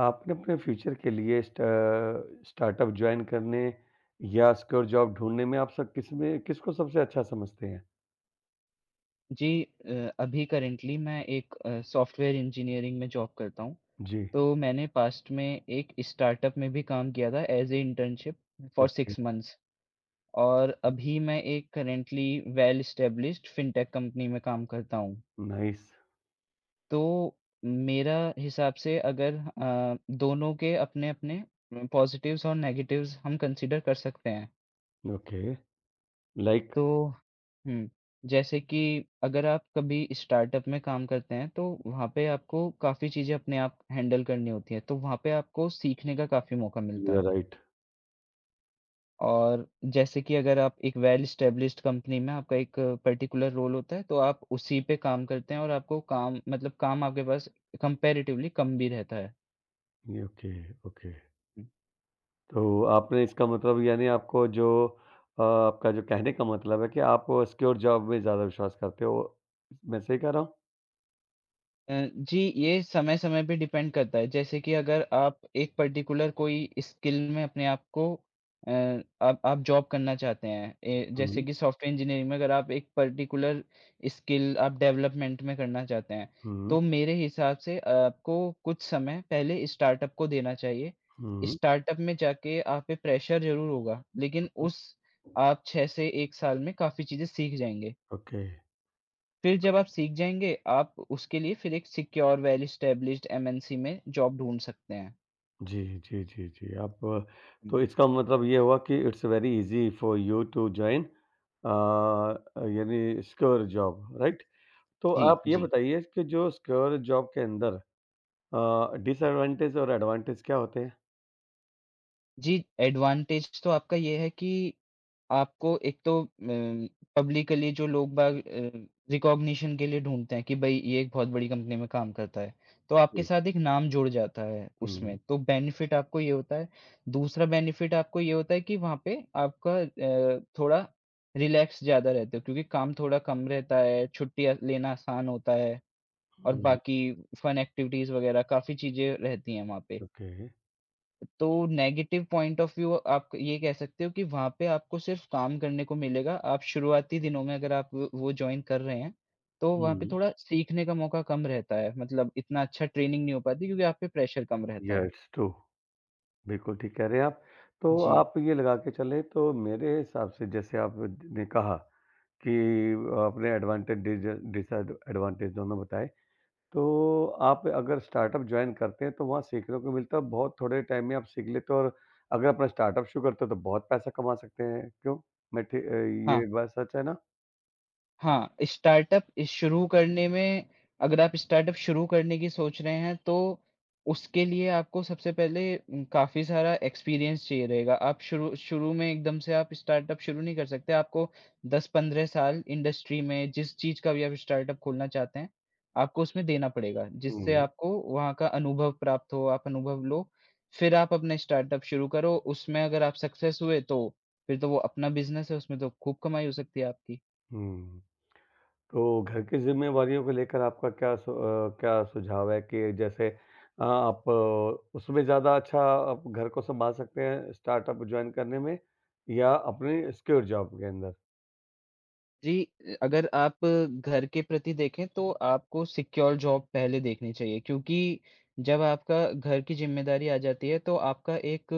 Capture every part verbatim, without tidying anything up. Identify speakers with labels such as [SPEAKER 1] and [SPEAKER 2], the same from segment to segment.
[SPEAKER 1] आपने अपने फ्यूचर के लिए स्टा स्टार्टअप जॉइन करने या सिक्योर जॉब ढूँढने में आप सब किसमें किसको सबसे अच्छा समझते हैं?
[SPEAKER 2] जी, अ, अभी करेंटली मैं एक सॉफ्टवेयर इंजीनियरिंग में जॉब करता हूँ।
[SPEAKER 1] जी।
[SPEAKER 2] तो मैंने पास्ट में एक स्टार्टअप में भी काम किया था as a internship for
[SPEAKER 1] okay,
[SPEAKER 2] six months और
[SPEAKER 1] ओके।
[SPEAKER 2] अभी मैं एक currently well established fintech company में काम करता हूँ।
[SPEAKER 1] नाइस।
[SPEAKER 2] तो मेरा हिसाब से अगर अ, दोनों के अपने-अपने पॉज़िटिव्स और नेगेटिव्स हम कंसीडर कर सकते हैं।
[SPEAKER 1] ओके। लाइक,
[SPEAKER 2] तो हुँ, जैसे कि अगर आप कभी स्टार्टअप में काम करते हैं, तो वहाँ पे आपको काफ़ी चीज़ें अपने आप हैंडल करनी होती हैं, तो वहाँ पे आपको सीखने का काफ़ी मौका
[SPEAKER 1] यू
[SPEAKER 2] मिलता
[SPEAKER 1] आर
[SPEAKER 2] है।
[SPEAKER 1] राइट।
[SPEAKER 2] और जैसे कि अगर आप एक वेल एस्टेब्लिश्ड कंपनी में आपका एक पर्टिकुलर रोल होता है, तो आप उसी पे काम करते हैं और आपको काम मतलब काम आपके पास कंपैरेटिवली कम भी रहता
[SPEAKER 1] ये ओके, ओके।
[SPEAKER 2] है।
[SPEAKER 1] तो आपने इसका मतलब यानी आपको जो अ, आपका जो कहने का मतलब है कि आप सिक्योर जॉब में ज़्यादा विश्वास करते हो। मैं सही कह रहा हूँ?
[SPEAKER 2] अ, जी, ये समय-समय पे डिपेंड करता है। जैसे कि अगर आप एक पर्टिकुलर कोई स्किल में अपने आप को अ, आप आप जॉब करना चाहते हैं। ए, जैसे
[SPEAKER 1] हुँ,
[SPEAKER 2] कि सॉफ्टवेयर इंजीनियरिंग में अगर आप एक पर्टिकुलर स्किल आप डेवलपमेंट में करना चाहते हैं,
[SPEAKER 1] हुँ,
[SPEAKER 2] तो मेरे हिसाब से आपको कुछ समय पहले स्टार्टअप को देना चाहिए।
[SPEAKER 1] हुँ,
[SPEAKER 2] स्टार्टअप में जाके आप पे प्रेशर ज़रूर होगा, लेकिन
[SPEAKER 1] हुँ।
[SPEAKER 2] उस आप छह से एक साल में काफ़ी चीज़ें सीख जाएँगे।
[SPEAKER 1] ओके।
[SPEAKER 2] फिर जब आप सीख जाएँगे, आप उसके लिए फिर एक secure, well established M N C में जॉब ढूँढ सकते हैं।
[SPEAKER 1] जी, जी, जी, जी। आप अ,
[SPEAKER 2] हुँ।
[SPEAKER 1] तो इसका मतलब ये हुआ कि it's very easy for you to join a, यानी सिक्योर जॉब, राइट? तो
[SPEAKER 2] जी,
[SPEAKER 1] आप ये
[SPEAKER 2] जी।
[SPEAKER 1] बताइए कि जो सिक्योर जॉब के अंदर अ, डिसएडवांटेज और एडवांटेज क्या होते हैं?
[SPEAKER 2] जी, एडवांटेज तो आपका ये है कि आपको एक तो अम, पब्लिकली जो लोग-बाग अ, रिकॉग्निशन के लिए ढूँढते हैं कि भई ये एक बहुत बड़ी कंपनी में काम करता है। तो आपके
[SPEAKER 1] जी।
[SPEAKER 2] साथ एक नाम जुड़ जाता है
[SPEAKER 1] हुँ,
[SPEAKER 2] उसमें, तो बेनिफिट आपको ये होता है। दूसरा बेनिफिट आपको ये होता है कि वहाँ पे आपका अ, थोड़ा रिलैक्स ज़्यादा रहते हो क्योंकि काम थोड़ा कम रहता है, छुट्टियाँ लेना आसान होता है और
[SPEAKER 1] हुँ।
[SPEAKER 2] बाकी फन एक्टिविटीज़ वगैरह काफ़ी चीज़ें रहती हैं वहाँ पे।
[SPEAKER 1] ओके।
[SPEAKER 2] तो नेगेटिव पॉइंट ऑफ व्यू आप ये कह सकते हो कि वहाँ पे आपको सिर्फ़ काम करने को मिलेगा। आप शुरुआती दिनों में अगर आप वो वो जॉइन कर रहे हैं, तो वहाँ पे
[SPEAKER 1] हुँ,
[SPEAKER 2] थोड़ा सीखने का मौका कम रहता है। मतलब इतना अच्छा ट्रेनिंग नहीं हो पाती क्योंकि आप पे प्रेशर कम रहता
[SPEAKER 1] या
[SPEAKER 2] है।
[SPEAKER 1] It's true. बिल्कुल ठीक कह रहे हैं आप। तो
[SPEAKER 2] जी।
[SPEAKER 1] आप ये लगा के चलें तो मेरे हिसाब से जैसे आपने कहा कि आपने एडवांटेज डिज डिसएडवांटेज दोनों बताए। तो आप अगर स्टार्टअप जॉइन करते हैं तो वहाँ सीखने को मिलता है, बहुत थोड़े टाइम में आप सीख लेते हो और अगर अपना स्टार्टअप शुरू करते हो तो बहुत पैसा कमा सकते हैं। क्यों? मैं ठी अ,
[SPEAKER 2] हाँ।
[SPEAKER 1] ये बात सच है ना?
[SPEAKER 2] हाँ, स्टार्टअप शुरू करने में अगर आप स्टार्टअप शुरू करने की सोच रहे हैं, तो उसके लिए आपको सबसे पहले उम, काफ़ी सारा एक्सपीरियंस चाहिए रहेगा। आप शुरू शुरू में एकदम से आप स्टार्टअप शुरू नहीं कर सकते। आपको दस से पंद्रह साल इंडस्ट्री में जिस चीज़ का भी आप स्टार्टअप खोलना चाहते हैं, आपको उसमें देना पड़ेगा, जिससे
[SPEAKER 1] हुँ,
[SPEAKER 2] आपको वहाँ का अनुभव प्राप्त हो, आप अनुभव लो। फिर आप अपना स्टार्टअप शुरू करो, उसमें अगर आप सक्सेस हुए, तो फिर तो वो अपना बिज़नेस है, उसमें तो खूब कमाई हो सकती है आपकी।
[SPEAKER 1] हुँ। तो घर की ज़िम्मेवारियों को लेकर आपका क्या सु अ, क्या सुझाव है कि जैसे अ, आप अ, उसमें ज़्यादा अच्छा आप घर को सँभाल सकते हैं स्टार्टअप जॉइन करने में या अपनी सिक्योर जॉब के अंदर?
[SPEAKER 2] जी, अगर आप घर के प्रति देखें तो आपको सिक्योर जॉब पहले देखनी चाहिए क्योंकि जब आपका घर की ज़िम्मेदारी आ जाती है तो आपका एक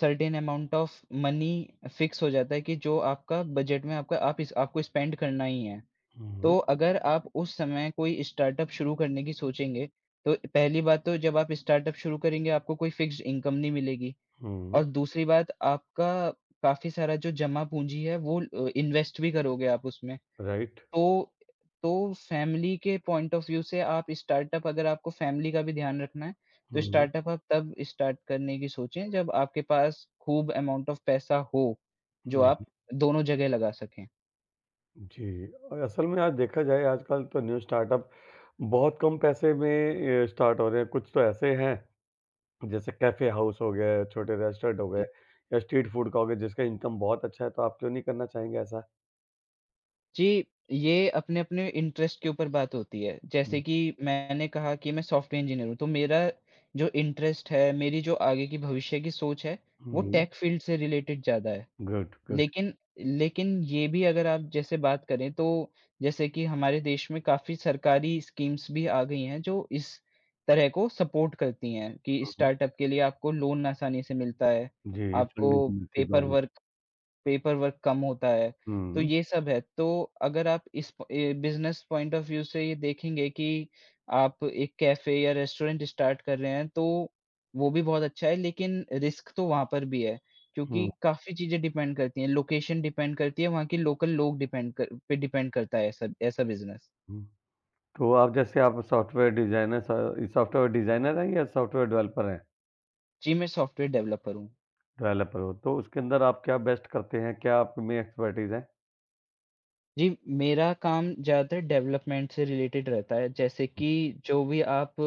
[SPEAKER 2] certain amount of money fix हो जाता है कि जो आपका बजट में आपका आप इस आपको स्पेंड करना ही है।
[SPEAKER 1] हुँ,
[SPEAKER 2] तो अगर आप उस समय कोई स्टार्टअप शुरू करने की सोचेंगे, तो पहली बात तो जब आप स्टार्टअप शुरू करेंगे आपको कोई फ़िक्स्ड इनकम नहीं मिलेगी
[SPEAKER 1] हुँ,
[SPEAKER 2] और दूसरी बात आपका काफ़ी सारा जो जमा पूँजी है वो अ, इन्वेस्ट भी करोगे आप उसमें।
[SPEAKER 1] राइट।
[SPEAKER 2] तो तो फैमिली के पॉइंट ऑफ व्यू से आप स्टार्टअप अगर आपको फैमिली का भी ध्यान रखना है, तो
[SPEAKER 1] हुँ,
[SPEAKER 2] स्टार्टअप आप तब स्टार्ट करने की सोचें जब आपके पास खूब अमाउंट ऑफ पैसा हो, जो
[SPEAKER 1] हुँ।
[SPEAKER 2] आप दोनों जगह लगा सकें।
[SPEAKER 1] जी, और असल में आज देखा जाए, आजकल तो न्यू स्टार्टअप बहुत कम पैसे में अ, स्टार्ट हो रहे हैं। कुछ तो ऐसे हैं जैसे कैफ़े हाउस हो गए, छोटे रेस्टोरेंट हो गए
[SPEAKER 2] जी।
[SPEAKER 1] या स्ट्रीट फूड का हो गया जिसका इनकम बहुत अच्छा है, तो आप क्यों नहीं करना चाहेंगे ऐसा?
[SPEAKER 2] जी, ये अपने-अपने इंटरेस्ट के ऊपर बात होती है।
[SPEAKER 1] हुँ,
[SPEAKER 2] जैसे कि मैंने कहा कि मैं सॉफ्टवेयर इंजीनियर हूँ, तो मेरा जो इंटरेस्ट है, मेरी जो आगे की भविष्य की सोच है, वो
[SPEAKER 1] हुँ,
[SPEAKER 2] टेक फील्ड से रिलेटेड ज़्यादा है।
[SPEAKER 1] गुड, गुड,
[SPEAKER 2] लेकिन लेकिन ये भी अगर आप जैसे बात करें तो जैसे कि हमारे देश में काफ़ी सरकारी स्कीम्स भी आ गई हैं जो इस तरह को सपोर्ट करती हैं कि
[SPEAKER 1] हुँ,
[SPEAKER 2] स्टार्टअप के लिए आपको लोन आसानी से मिलता है,
[SPEAKER 1] जी।
[SPEAKER 2] आपको
[SPEAKER 1] फंडिंग मिलती है
[SPEAKER 2] पेपर
[SPEAKER 1] काफ़ी।
[SPEAKER 2] वर्क पेपर वर्क कम होता है, तो
[SPEAKER 1] हुँ,
[SPEAKER 2] ये सब है। तो अगर आप इस प ए, बिज़नेस पॉइंट ऑफ व्यू से ये देखेंगे कि आप एक कैफ़े या रेस्टोरेंट स्टार्ट कर रहे हैं, तो वो भी बहुत अच्छा है, लेकिन रिस्क तो वहाँ पर भी है,
[SPEAKER 1] हुँ,
[SPEAKER 2] क्योंकि काफ़ी चीज़ें डिपेंड करती हैं। लोकेशन डिपेंड करती है, वहाँ के लोकल लोग डिपेंड कर पे डिपेंड करता है ऐसा ऐसा बिज़नेस।
[SPEAKER 1] हुँ। तो आप जैसे आप सॉफ्टवेयर डिज़ाइनर स सॉफ्टवेयर डिज़ाइनर हैं या सॉफ्टवेयर डेवलपर हैं?
[SPEAKER 2] जी, मैं सॉफ्टवेयर डेवलपर हूँ।
[SPEAKER 1] डेवलपर हो, तो उसके अंदर आप क्या बेस्ट करते हैं? क्या आप में एक्सपर्टीज़ है?
[SPEAKER 2] जी, मेरा काम ज़्यादातर डेवलपमेंट से रिलेटेड रहता है, जैसे कि जो भी आप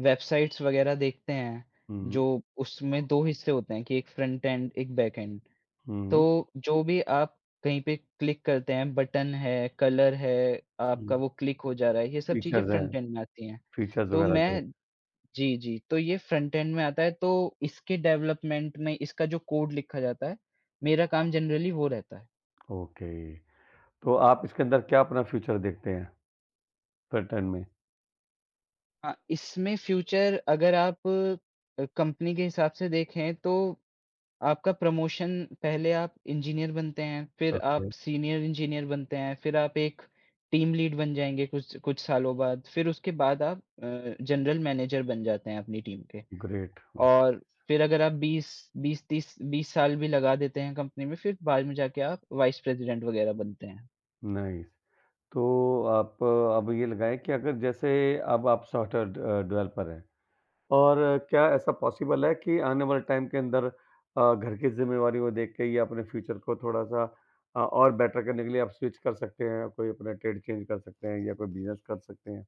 [SPEAKER 2] वेबसाइट्स वगैरह देखते हैं,
[SPEAKER 1] हुँ,
[SPEAKER 2] जो उसमें दो हिस्से होते हैं कि एक फ्रंट एंड, एक बैक एंड।
[SPEAKER 1] हुँ,
[SPEAKER 2] तो जो भी आप कहीं पे क्लिक करते हैं, बटन है, कलर है,
[SPEAKER 1] हुँ।
[SPEAKER 2] आपका वो क्लिक हो जा रहा है, ये सब चीज़ें
[SPEAKER 1] फीचर्स हैं,
[SPEAKER 2] फ्रंट एंड में आती हैं।
[SPEAKER 1] फीचर्स
[SPEAKER 2] तो
[SPEAKER 1] वगैरह जो।
[SPEAKER 2] मैं जी, जी, तो ये फ्रंट एंड में आता है, तो इसके डेवलपमेंट में इसका जो कोड लिखा जाता है, मेरा काम जनरली वो रहता है।
[SPEAKER 1] ओके, तो आप इसके अंदर क्या अपना फ्यूचर देखते हैं पैटर्न में?
[SPEAKER 2] हाँ, इसमें फ्यूचर अगर आप अ, कंपनी के हिसाब से देखें तो आपका प्रमोशन पहले आप इंजीनियर बनते हैं, फिर आप
[SPEAKER 1] ओके,
[SPEAKER 2] सीनियर इंजीनियर बनते हैं, फिर आप एक टीम लीड बन जाएँगे कुछ कुछ सालों बाद, फिर उसके बाद आप अ, जनरल मैनेजर बन जाते हैं अपनी टीम के।
[SPEAKER 1] ग्रेट,
[SPEAKER 2] और फिर अगर आप बीस बीस तीस बीस साल भी लगा देते हैं कंपनी में, फिर बाद में जाके आप वाइस प्रेज़िडेंट वग़ैरह बनते हैं।
[SPEAKER 1] नाइस। तो आप अब ये लगाएँ कि अगर जैसे अब आप सॉफ्टवेयर अ, डेवलपर हैं और क्या ऐसा पॉसिबल है कि आने वाले टाइम के अंदर अ, घर की ज़िम्मेवारी को देख के या अपने फ्यूचर को थोड़ा-सा अ, और बेटर करने के लिए आप स्विच कर सकते हैं, कोई अपना ट्रेड चेंज कर सकते हैं या कोई बिज़नेस कर सकते हैं?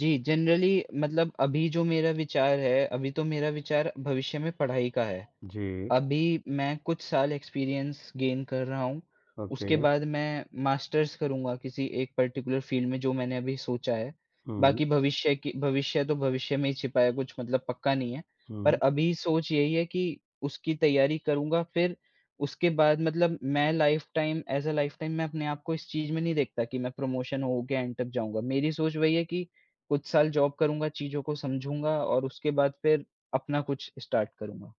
[SPEAKER 2] जी, जनरली मतलब अभी जो मेरा विचार है, अभी तो मेरा विचार भविष्य में पढ़ाई का है।
[SPEAKER 1] जी,
[SPEAKER 2] अभी मैं कुछ साल एक्सपीरियंस गेन कर रहा हूँ।
[SPEAKER 1] ओके।
[SPEAKER 2] उसके बाद मैं मास्टर्स करूँगा किसी एक पर्टिकुलर फ़ील्ड में जो मैंने अभी सोचा है।
[SPEAKER 1] हुँ,
[SPEAKER 2] बाकी भविष्य की भविष्य तो भविष्य में ही छिपा है कुछ मतलब पक्का नहीं है। पर
[SPEAKER 1] हुँ।
[SPEAKER 2] अभी सोच यही है कि उसकी तैयारी करूँगा फिर उसके बाद मतलब मैं life time as a life time मैं अपने आप को इस चीज़ में नहीं देखता कि मैं प्रमोशन हो के एंड तक जाऊँगा। मेरी सोच वही है कि कुछ साल जॉब करूँगा, चीज़ों को समझूँगा और उसके बाद फिर अपना कुछ स्टार्ट करूँगा।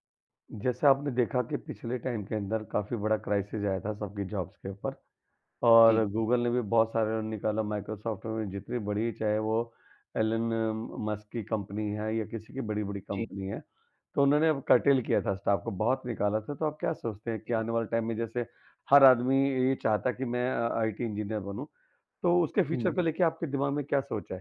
[SPEAKER 1] जैसा आपने देखा कि पिछले टाइम के अंदर काफ़ी बड़ा क्राइसिस आया था सबकी जॉब्स के ऊपर, और
[SPEAKER 2] जी,
[SPEAKER 1] गूगल ने भी बहुत सारे निकाला, माइक्रोसॉफ्ट ने भी, जितनी बड़ी चाहे वो एलन मस्क की कंपनी है या किसी की बड़ी-बड़ी
[SPEAKER 2] जी।
[SPEAKER 1] कंपनी है, तो उन्होंने अब curtail किया था स्टाफ को, बहुत निकाला था। तो आप क्या सोचते हैं कि आने वाले टाइम में जैसे हर आदमी ये चाहता है कि मैं अ, आईटी इंजीनियर बनूँ, तो उसके फ्यूचर
[SPEAKER 2] हुँ।
[SPEAKER 1] को लेके आपके दिमाग में क्या सोच है?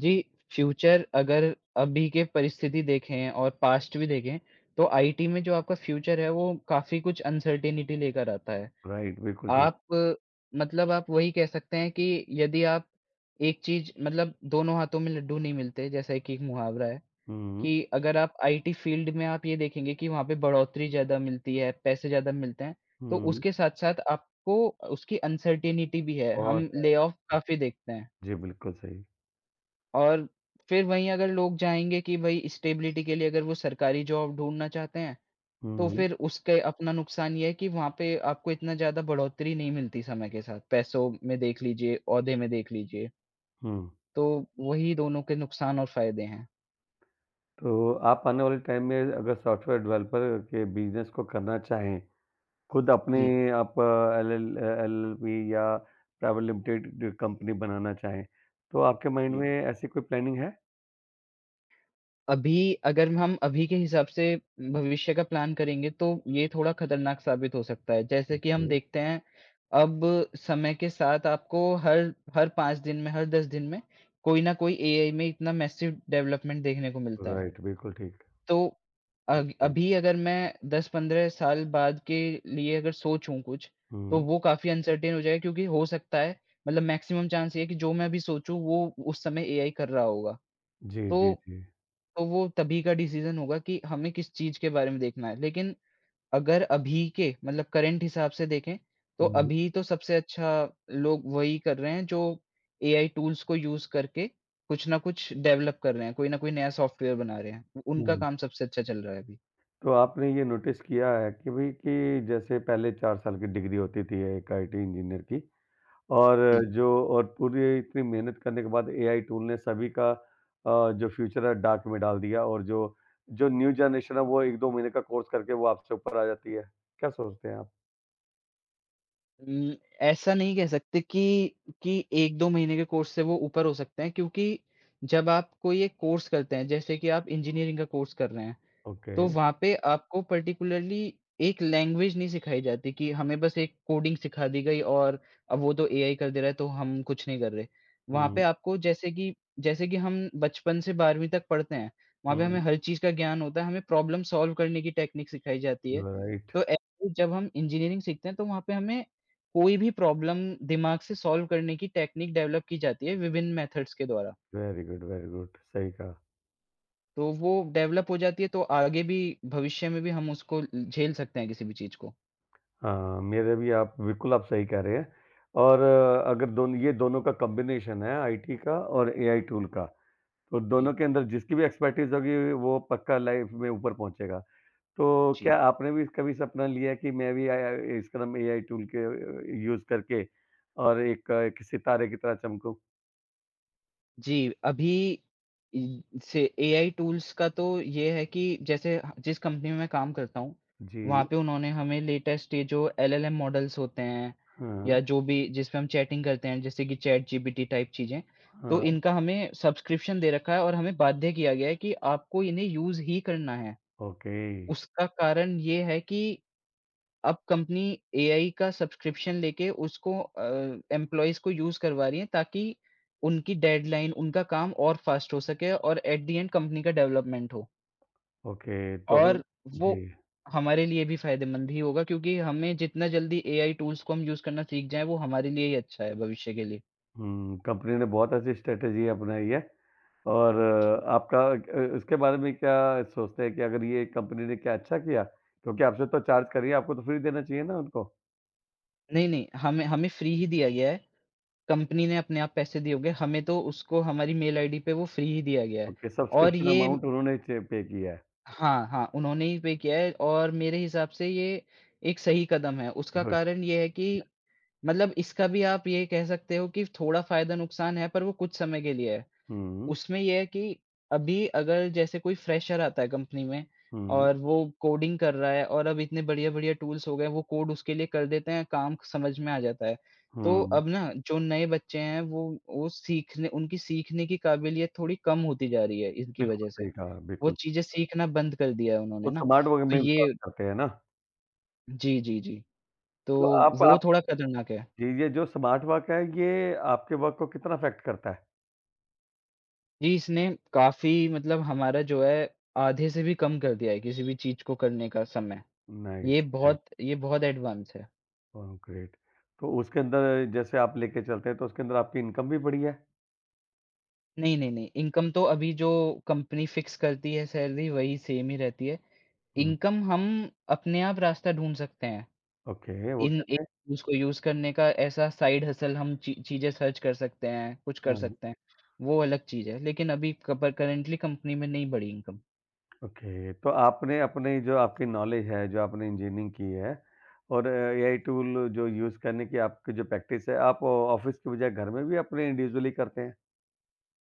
[SPEAKER 2] जी, फ्यूचर अगर अभी के परिस्थिति देखें और पास्ट भी देखें, तो आई टी में जो आपका फ्यूचर है, वो काफ़ी कुछ अनसर्टेनिटी लेकर आता है।
[SPEAKER 1] राइट, बिल्कुल ठीक।
[SPEAKER 2] आप मतलब आप वही कह सकते हैं कि यदि आप एक चीज़ मतलब दोनों हाथों में लड्डू नहीं मिलते, जैसा कि एक मुहावरा है,
[SPEAKER 1] हुँ,
[SPEAKER 2] कि अगर आप आई टी फ़ील्ड में आप ये देखेंगे कि वहाँ पे बढ़ोतरी ज़्यादा मिलती है, पैसे ज़्यादा मिलते हैं, तो
[SPEAKER 1] हुँ,
[SPEAKER 2] उसके साथ-साथ आपको उसकी अनसर्टेनिटी भी है।
[SPEAKER 1] बहुत
[SPEAKER 2] हम
[SPEAKER 1] है।
[SPEAKER 2] ले ऑफ काफ़ी देखते हैं।
[SPEAKER 1] जी, बिल्कुल सही।
[SPEAKER 2] और फिर वहीं अगर लोग जाएँगे कि भई स्टेबिलिटी के लिए अगर वो सरकारी जॉब ढूँढना चाहते हैं, तो
[SPEAKER 1] हुँ,
[SPEAKER 2] फिर उसके अपना नुकसान ये है कि वहाँ पे आपको इतना ज़्यादा बढ़ोतरी नहीं मिलती समय के साथ, पैसों में देख लीजिए, ओहदे में देख लीजिए।
[SPEAKER 1] हुँ।
[SPEAKER 2] तो वही दोनों के नुकसान और फ़ायदे हैं।
[SPEAKER 1] तो आप आने वाले टाइम में अगर सॉफ्टवेयर डेवलपर के बिज़नेस को करना चाहें, खुद अपने
[SPEAKER 2] जी।
[SPEAKER 1] आप एलएल अ, एलएलपी या प्राइवेट लिमिटेड कंपनी बनाना चाहें, तो आपके माइंड
[SPEAKER 2] जी,
[SPEAKER 1] में ऐसी कोई प्लानिंग है?
[SPEAKER 2] अभी अगर हम अभी के हिसाब से भविष्य का प्लान करेंगे, तो ये थोड़ा खतरनाक साबित हो सकता है। जैसे कि
[SPEAKER 1] ओके।
[SPEAKER 2] हम देखते हैं, अब समय के साथ आपको हर हर पाँच दिन में, हर दस दिन में कोई ना कोई ए आई में इतना मैसिव डेवलपमेंट देखने को मिलता है।
[SPEAKER 1] राइट, बिल्कुल ठीक।
[SPEAKER 2] तो अग
[SPEAKER 1] राइट।
[SPEAKER 2] अभी अगर मैं दस से पंद्रह साल बाद के लिए अगर सोचूँ कुछ, तो
[SPEAKER 1] हुँ।
[SPEAKER 2] वो काफ़ी अनसर्टेन हो जाएगा क्योंकि हो सकता है मतलब मैक्सिमम चांस ये है कि जो मैं अभी सोचूँ, वो उस समय ए आई कर रहा होगा।
[SPEAKER 1] जी, जी,
[SPEAKER 2] तो
[SPEAKER 1] जी।
[SPEAKER 2] तो वो तभी का डिसीजन होगा कि हमें किस चीज़ के बारे में देखना है। लेकिन अगर अभी के मतलब करंट हिसाब से देखें, तो
[SPEAKER 1] हुँ,
[SPEAKER 2] अभी तो सबसे अच्छा लोग वही कर रहे हैं जो ए आई टूल्स को यूज़ करके कुछ ना कुछ डेवलप कर रहे हैं, कोई ना कोई नया सॉफ्टवेयर बना रहे हैं। उनका
[SPEAKER 1] हुँ।
[SPEAKER 2] काम सबसे अच्छा चल रहा है अभी।
[SPEAKER 1] तो आपने ये नोटिस किया है कि भई कि जैसे पहले चार साल की डिग्री होती थी एक आईटी इंजीनियर की, और
[SPEAKER 2] जी।
[SPEAKER 1] जो और पूरी इतनी मेहनत करने के बाद एआई टूल ने सभी का अ, जो फ्यूचर है डार्क में डाल दिया, और जो जो न्यू जनरेशन है वो एक दो महीने का कोर्स करके वो आपसे ऊपर आ जाती है। क्या सोचते हैं आप?
[SPEAKER 2] उम, ऐसा नहीं कह सकते कि कि एक दो महीने के कोर्स से वो ऊपर हो सकते हैं क्योंकि जब आप कोई एक कोर्स करते हैं, जैसे कि आप इंजीनियरिंग का कोर्स कर रहे हैं।
[SPEAKER 1] ओके।
[SPEAKER 2] तो वहाँ पे आपको पर्टिकुलरली एक लैंग्वेज नहीं सिखाई जाती कि हमें बस एक कोडिंग सिखा दी गई और अब वो तो ए आई कर दे रहा है तो हम कुछ नहीं कर रहे। वहाँ पे
[SPEAKER 1] हुँ,
[SPEAKER 2] आपको जैसे कि जैसे कि हम बचपन से बारहवीं तक पढ़ते हैं, वहाँ पे हमें
[SPEAKER 1] हुँ।
[SPEAKER 2] हर चीज़ का ज्ञान होता है, हमें प्रॉब्लम सॉल्व करने की टेक्निक सिखाई जाती है।
[SPEAKER 1] You are right.
[SPEAKER 2] तो ऐसे ही जब हम इंजीनियरिंग सीखते हैं तो वहाँ पे हमें कोई भी प्रॉब्लम दिमाग से सॉल्व करने की टेक्निक डेवलप की जाती है विभिन्न मेथड्स के द्वारा।
[SPEAKER 1] Very good, very good. सही कहा।
[SPEAKER 2] तो वो डेवलप हो जाती है तो आगे भी भविष्य में भी हम उसको झेल सकते हैं किसी भी चीज़ को।
[SPEAKER 1] हाँ, मेरे भी, आप बिल्कुल आप सही कह रहे हैं, और अ, अगर दोनों, ये दोनों का कॉम्बिनेशन है आईटी का और एआई टूल का, तो दोनों
[SPEAKER 2] जी।
[SPEAKER 1] के अंदर जिसकी भी एक्सपर्टीज़ होगी वो पक्का लाइफ में ऊपर पहुँचेगा। तो
[SPEAKER 2] जी।
[SPEAKER 1] क्या आपने भी कभी सपना लिया कि मैं भी आया स्क्रम एआई टूल के यूज़ करके और एक एक सितारे की तरह चमकूँ?
[SPEAKER 2] जी, अभी इ से ए आई टूल्स का तो ये है कि जैसे ह जिस कंपनी में मैं काम करता हूँ, वहाँ
[SPEAKER 1] जी।
[SPEAKER 2] पे उन्होंने हमें लेटेस्ट ये जो एल एल एम मॉडल्स होते हैं
[SPEAKER 1] हाँ,
[SPEAKER 2] या जो भी जिसपे हम चैटिंग करते हैं जैसे कि chat G P T type चीज़ें, तो
[SPEAKER 1] हाँ।
[SPEAKER 2] इनका हमें सब्सक्रिप्शन दे रखा है और हमें बाध्य किया गया है कि आपको इन्हें यूज़ ही करना है।
[SPEAKER 1] ओके,
[SPEAKER 2] उसका कारण ये है कि अब कंपनी ए आई का सब्सक्रिप्शन लेके उसको अ, एम्प्लॉइज़ को यूज़ करवा रही है ताकि उनकी डेडलाइन, उनका काम और फ़ास्ट हो सके और एट द एंड कंपनी का डेवलपमेंट हो।
[SPEAKER 1] ओके। तो फिर।
[SPEAKER 2] और वो
[SPEAKER 1] जी।
[SPEAKER 2] हमारे लिए भी फ़ायदेमंद ही होगा क्योंकि हमें जितना जल्दी ए आई टूल्स को हम यूज़ करना सीख जाएँ वो हमारे लिए ही अच्छा है भविष्य के लिए।
[SPEAKER 1] हुँ, कंपनी ने बहुत अच्छी स्ट्रैटेजी अपनाई है, और
[SPEAKER 2] जी।
[SPEAKER 1] अ, आपका अ, उसके बारे में क्या सोचते हैं कि अगर ये कंपनी ने क्या अच्छा किया? क्योंकि आपसे तो चार्ज कर रही है, आपको तो फ्री देना चाहिए ना उनको?
[SPEAKER 2] नहीं, नहीं, हमें हमें फ्री ही दिया गया है। कंपनी ने अपने आप पैसे दिए होंगे, हमें तो उसको हमारी मेल आई डी पे वो फ्री ही दिया गया है।
[SPEAKER 1] ओके,
[SPEAKER 2] और
[SPEAKER 1] सब्सक्रिप्शन
[SPEAKER 2] ये
[SPEAKER 1] अमाउंट उन्होंने च पे किया है।
[SPEAKER 2] हाँ, हाँ, उन्होंने ही पे किया है और मेरे हिसाब से ये एक सही कदम है। उसका
[SPEAKER 1] गुड।
[SPEAKER 2] कारण ये है कि मतलब इसका भी आप ये कह सकते हो कि थोड़ा फ़ायदा-नुकसान है, पर वो कुछ समय के लिए है।
[SPEAKER 1] हुँ,
[SPEAKER 2] उसमें ये है कि अभी अगर जैसे कोई फ्रेशर आता है कंपनी में
[SPEAKER 1] हुँ,
[SPEAKER 2] और वो कोडिंग कर रहा है और अब इतने बढ़िया-बढ़िया टूल्स हो गए हैं, वो कोड उसके लिए कर देते हैं, काम समझ में आ जाता है। तो
[SPEAKER 1] हुँ।
[SPEAKER 2] अब ना जो नए बच्चे हैं, वो वो सीखने उनकी सीखने की काबिलियत थोड़ी कम होती जा रही है इनकी
[SPEAKER 1] बिल्कुल
[SPEAKER 2] वजह से।
[SPEAKER 1] सही कहा,
[SPEAKER 2] वो
[SPEAKER 1] बिल्कुल।
[SPEAKER 2] चीज़ें सीखना बंद कर दिया है
[SPEAKER 1] वो
[SPEAKER 2] उन्होंने ना,
[SPEAKER 1] स्मार्ट वर्क
[SPEAKER 2] तो
[SPEAKER 1] में विश्वास
[SPEAKER 2] ये
[SPEAKER 1] करते हैं ना,
[SPEAKER 2] जी, जी, जी, तो
[SPEAKER 1] तो आप
[SPEAKER 2] वो
[SPEAKER 1] आप
[SPEAKER 2] थोड़ा खतरनाक है।
[SPEAKER 1] ये ये जो स्मार्ट वर्क है, ये आपके वर्क को कितना अफ़ेक्ट करता है?
[SPEAKER 2] जी, इसने काफ़ी मतलब हमारा जो है आधे से भी कम कर दिया है किसी भी चीज़ को करने का समय। ये
[SPEAKER 1] नाइस, ग्रेट,
[SPEAKER 2] बहुत ये बहुत एडवांस है।
[SPEAKER 1] Oh great! तो उसके अंदर जैसे आप लेके चलते हैं, तो उसके अंदर आपकी इनकम भी बढ़ी है?
[SPEAKER 2] नहीं, नहीं, नहीं, इनकम तो अभी जो कंपनी फिक्स करती है सैलरी वही सेम ही रहती है।
[SPEAKER 1] हुँ,
[SPEAKER 2] इनकम हम अपने आप रास्ता ढूँढ सकते हैं।
[SPEAKER 1] ओके, वो
[SPEAKER 2] इन ए
[SPEAKER 1] कैसे?
[SPEAKER 2] उसको यूज़ करने का ऐसा साइड हसल हम ची चीज़ें सर्च कर सकते हैं, कुछ कर
[SPEAKER 1] हाँ,
[SPEAKER 2] सकते हैं, वो अलग चीज़ है। लेकिन अभी कप करंटली कंपनी में नहीं बढ़ी इनकम।
[SPEAKER 1] ओके, तो आपने अपनी जो आपकी नॉलेज है, जो आपने इंजीनियरिंग की है, और एआई टूल जो यूज़ करने की आपकी जो प्रैक्टिस है, आप ऑफिस की बजाय घर में भी अपने इंडिविजुअली करते हैं?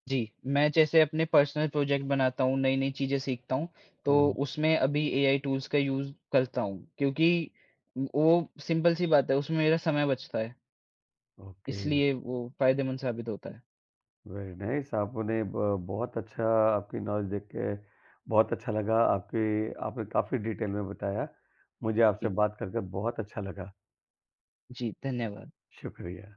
[SPEAKER 2] जी, मैं जैसे अपने पर्सनल प्रोजेक्ट बनाता हूँ, नई-नई चीज़ें सीखता हूँ,
[SPEAKER 1] हाँ,
[SPEAKER 2] तो उसमें अभी ए आई टूल्स का यूज़ करता हूँ क्योंकि वो सिंपल सी बात है, उसमें मेरा समय बचता है,
[SPEAKER 1] ओके।
[SPEAKER 2] इसलिए वो फ़ायदेमंद साबित होता है।
[SPEAKER 1] वेरी नाइस, आपने ब बहुत अच्छा, आपकी नॉलेज देख के बहुत अच्छा लगा। आपकी आपने काफ़ी डिटेल में बताया। मुझे आपसे
[SPEAKER 2] जी,
[SPEAKER 1] बात कर, कर बहुत अच्छा लगा।
[SPEAKER 2] जी, धन्यवाद।
[SPEAKER 1] शुक्रिया।